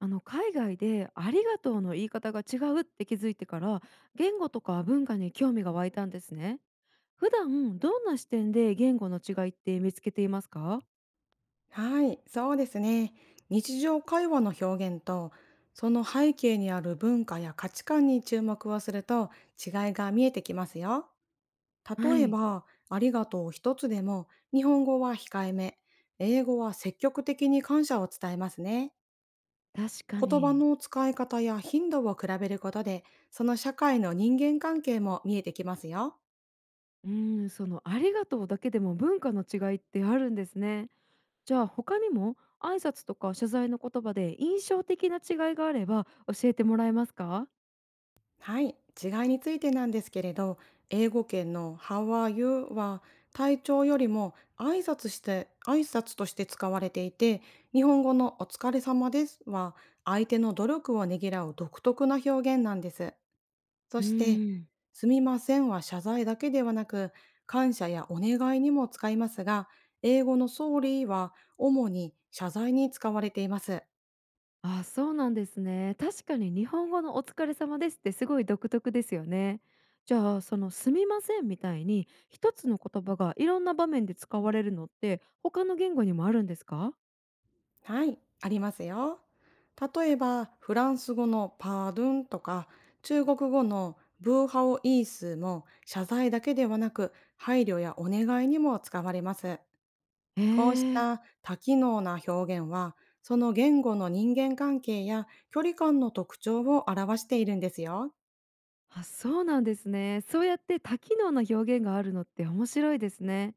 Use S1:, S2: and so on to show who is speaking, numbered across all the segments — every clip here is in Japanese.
S1: 海外で「ありがとう」の言い方が違うって気づいてから、言語とか文化に興味が湧いたんですね。普段どんな視点で言語の違いって見つけていますか？
S2: はい、そうですね。日常会話の表現と、その背景にある文化や価値観に注目をすると違いが見えてきますよ。
S1: は
S2: 例え
S1: い、
S2: ば、ありがとう一つでも、日本語は控えめ、英語は積極的に感謝を伝えますね。
S1: 確か
S2: 言葉
S1: に。
S2: の使い方や頻度を比べることで、その社会の人間関係も見えてきますよ。
S1: その「ありがとう」だけでも文化の違いってあるんですね。じゃあ他にも挨拶とか謝罪の言葉で印象的な違いがあれば教えてもらえますか？
S2: はい、違いについてなんですけれど、英語圏の How are you は体調よりも挨拶して、挨拶として使われていて、日本語のお疲れ様ですは相手の努力をねぎらう独特な表現なんです。そ
S1: う
S2: して、
S1: ーん。
S2: すみませんは謝罪だけではなく、感謝やお願いにも使いますが、英語の Sorry は主に謝罪に使われています。
S1: あ、そうなんですね。確かに日本語のお疲れ様ですってすごい独特ですよね。じゃあそのすみませんみたいに一つの言葉がいろんな場面で使われるのって他の言語にもあるんですか？
S2: はい、ありますよ。例えば、フランス語のパードゥンとか、中国語のブーハオイースーも謝罪だけではなく、配慮やお願いにも使われます。
S1: へ
S2: こうし
S1: え。
S2: た多機能な表現は、その言語の人間関係や距離感の特徴を表しているんですよ。
S1: あ、そうなんですね。そうやって多機能な表現があるのって面白いですね。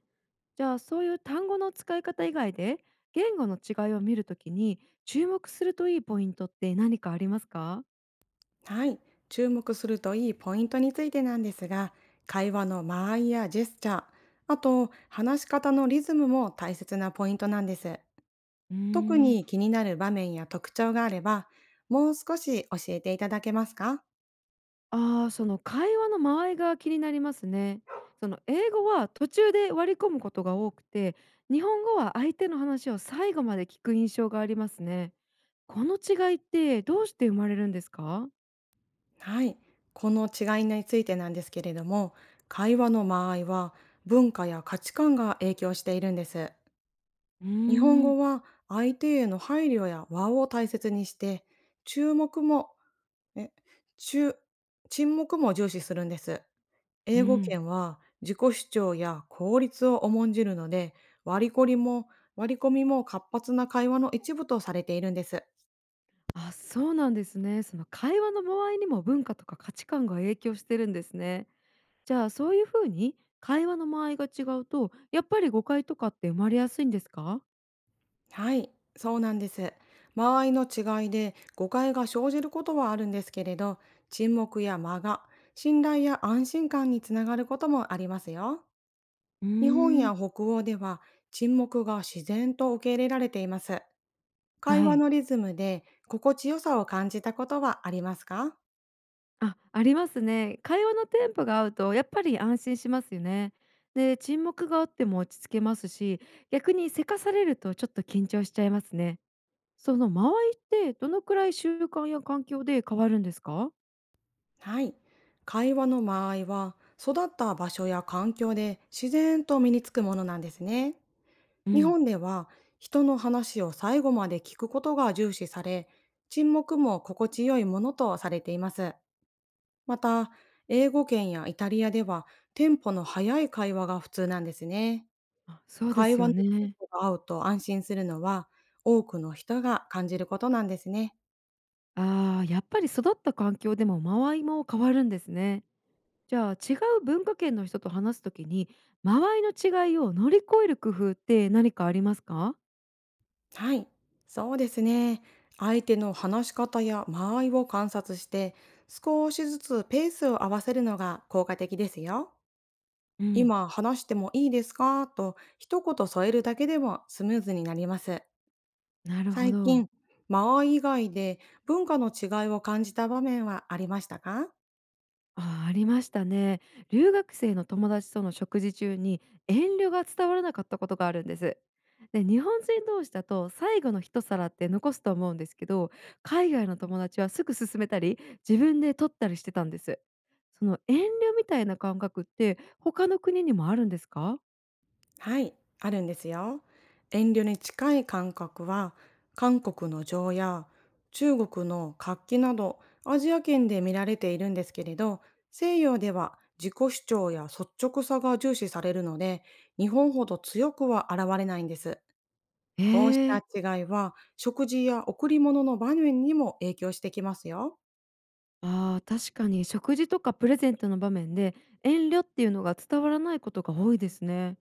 S1: じゃあそういう単語の使い方以外で言語の違いを見るときに注目するといいポイントって何かありますか？
S2: はい、注目するといいポイントについてなんですが、会話の間合いやジェスチャー、あと話し方のリズムも大切なポイントなんです。
S1: うー
S2: 特
S1: ん
S2: に気になる場面や特徴があれば、もう少し教えていただけますか？
S1: ああ、その会話の間合いが気になりますね。その英語は途中で割り込むことが多くて、日本語は相手の話を最後まで聞く印象がありますね。この違いってどうして生まれるんですか？
S2: はい。この違いについてなんですけれども、会話の間合いは文化や価値観が影響しているんです。
S1: うー
S2: 日本
S1: ん、
S2: 語は相手への配慮や和を大切にして、注目も、え、注、沈黙も重視するんです。
S1: う
S2: 英語
S1: ん。
S2: 圏は自己主張や効率を重んじるので、割り込りも、割り込みも活発な会話の一部とされているんです。
S1: あ、そうなんですね。その会話の間合いにも文化とか価値観が影響してるんですね。じゃあそういうふうに会話の間合いが違うと、やっぱり誤解とかって生まれやすいんですか？
S2: はい、そうなんです。間合いの違いで誤解が生じることはあるんですけれど、沈黙や間が信頼や安心感につながることもありますよ。
S1: うー
S2: 日本
S1: ん、
S2: や北欧では沈黙が自然と受け入れられています。会
S1: は
S2: 話
S1: い。
S2: のリズムで心地よさを感じたことはありますか？
S1: あ、ありますね。会話のテンポが合うとやっぱり安心しますよね。で、沈黙があっても落ち着けますし、逆にせかされるとちょっと緊張しちゃいますね。その間合いってどのくらい習慣や環境で変わるんですか？
S2: はい。会話の間合いは、育った場所や環境で自然と身につくものなんですね。
S1: う
S2: 日
S1: ん、
S2: 本では、人の話を最後まで聞くことが重視され、沈黙も心地よいものとされています。また、英語圏やイタリアでは、テンポの速い会話が普通なんですね。
S1: あ、そうで
S2: 会
S1: す
S2: 話
S1: よ
S2: のテン
S1: ね。
S2: ポが合うと安心するのは、多くの人が感じることなんですね。
S1: ああ、やっぱり育った環境でも間合いも変わるんですね。じゃあ違う文化圏の人と話すときに間合いの違いを乗り越える工夫って何かありますか？
S2: はい、そうですね。相手の話し方や間合いを観察して、少しずつペースを合わせるのが効果的ですよ。
S1: うん、
S2: 今話してもいいですかと一言添えるだけでもスムーズになります。
S1: なるほ
S2: 最
S1: ど。
S2: 近、間合い以外で文化の違いを感じた場面はありましたか？
S1: あー、ありましたね。留学生の友達との食事中に遠慮が伝わらなかったことがあるんです。で、日本人同士だと最後の一皿って残すと思うんですけど、海外の友達はすぐ勧めたり、自分で取ったりしてたんです。その遠慮みたいな感覚って他の国にもあるんですか？
S2: はい、あるんですよ。遠慮に近い感覚は、韓国の情や中国の活気など、アジア圏で見られているんですけれど、西洋では自己主張や率直さが重視されるので、日本ほど強くは現れないんです。
S1: え
S2: こうし
S1: え
S2: た
S1: ー。
S2: 違いは、食事や贈り物の場面にも影響してきますよ。
S1: ああ、確かに食事とかプレゼントの場面で遠慮っていうのが伝わらないことが多いですね。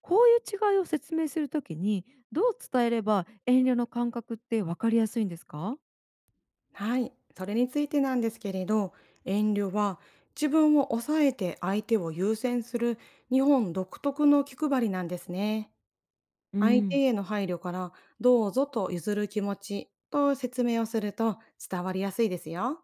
S1: こういう違いを説明するときにどう伝えれば遠慮の感覚ってわかりやすいんですか？
S2: はい、それについてなんですけれど、遠慮は自分を抑えて相手を優先する日本独特の気配りなんですね。
S1: う
S2: 相手
S1: ん、
S2: への配慮からどうぞと譲る気持ちと説明をすると伝わりやすいですよ。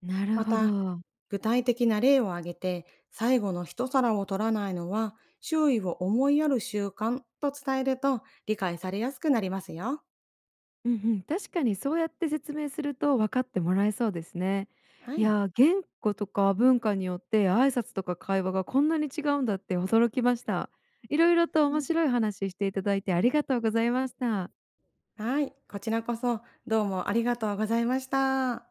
S1: なる
S2: ま
S1: ほ
S2: た、
S1: ど。
S2: 具体的な例を挙げて最後の一皿を取らないのは周囲を思いやる習慣と伝えると理解されやすくなりますよ。
S1: うんうん、確かにそうやって説明すると分かってもらえそうですね。
S2: は
S1: い
S2: い。
S1: やー、言語とか文化によって挨拶とか会話がこんなに違うんだって驚きました。いろいろと面白い話していただいてありがとうございました。
S2: はい、こちらこそどうもありがとうございました。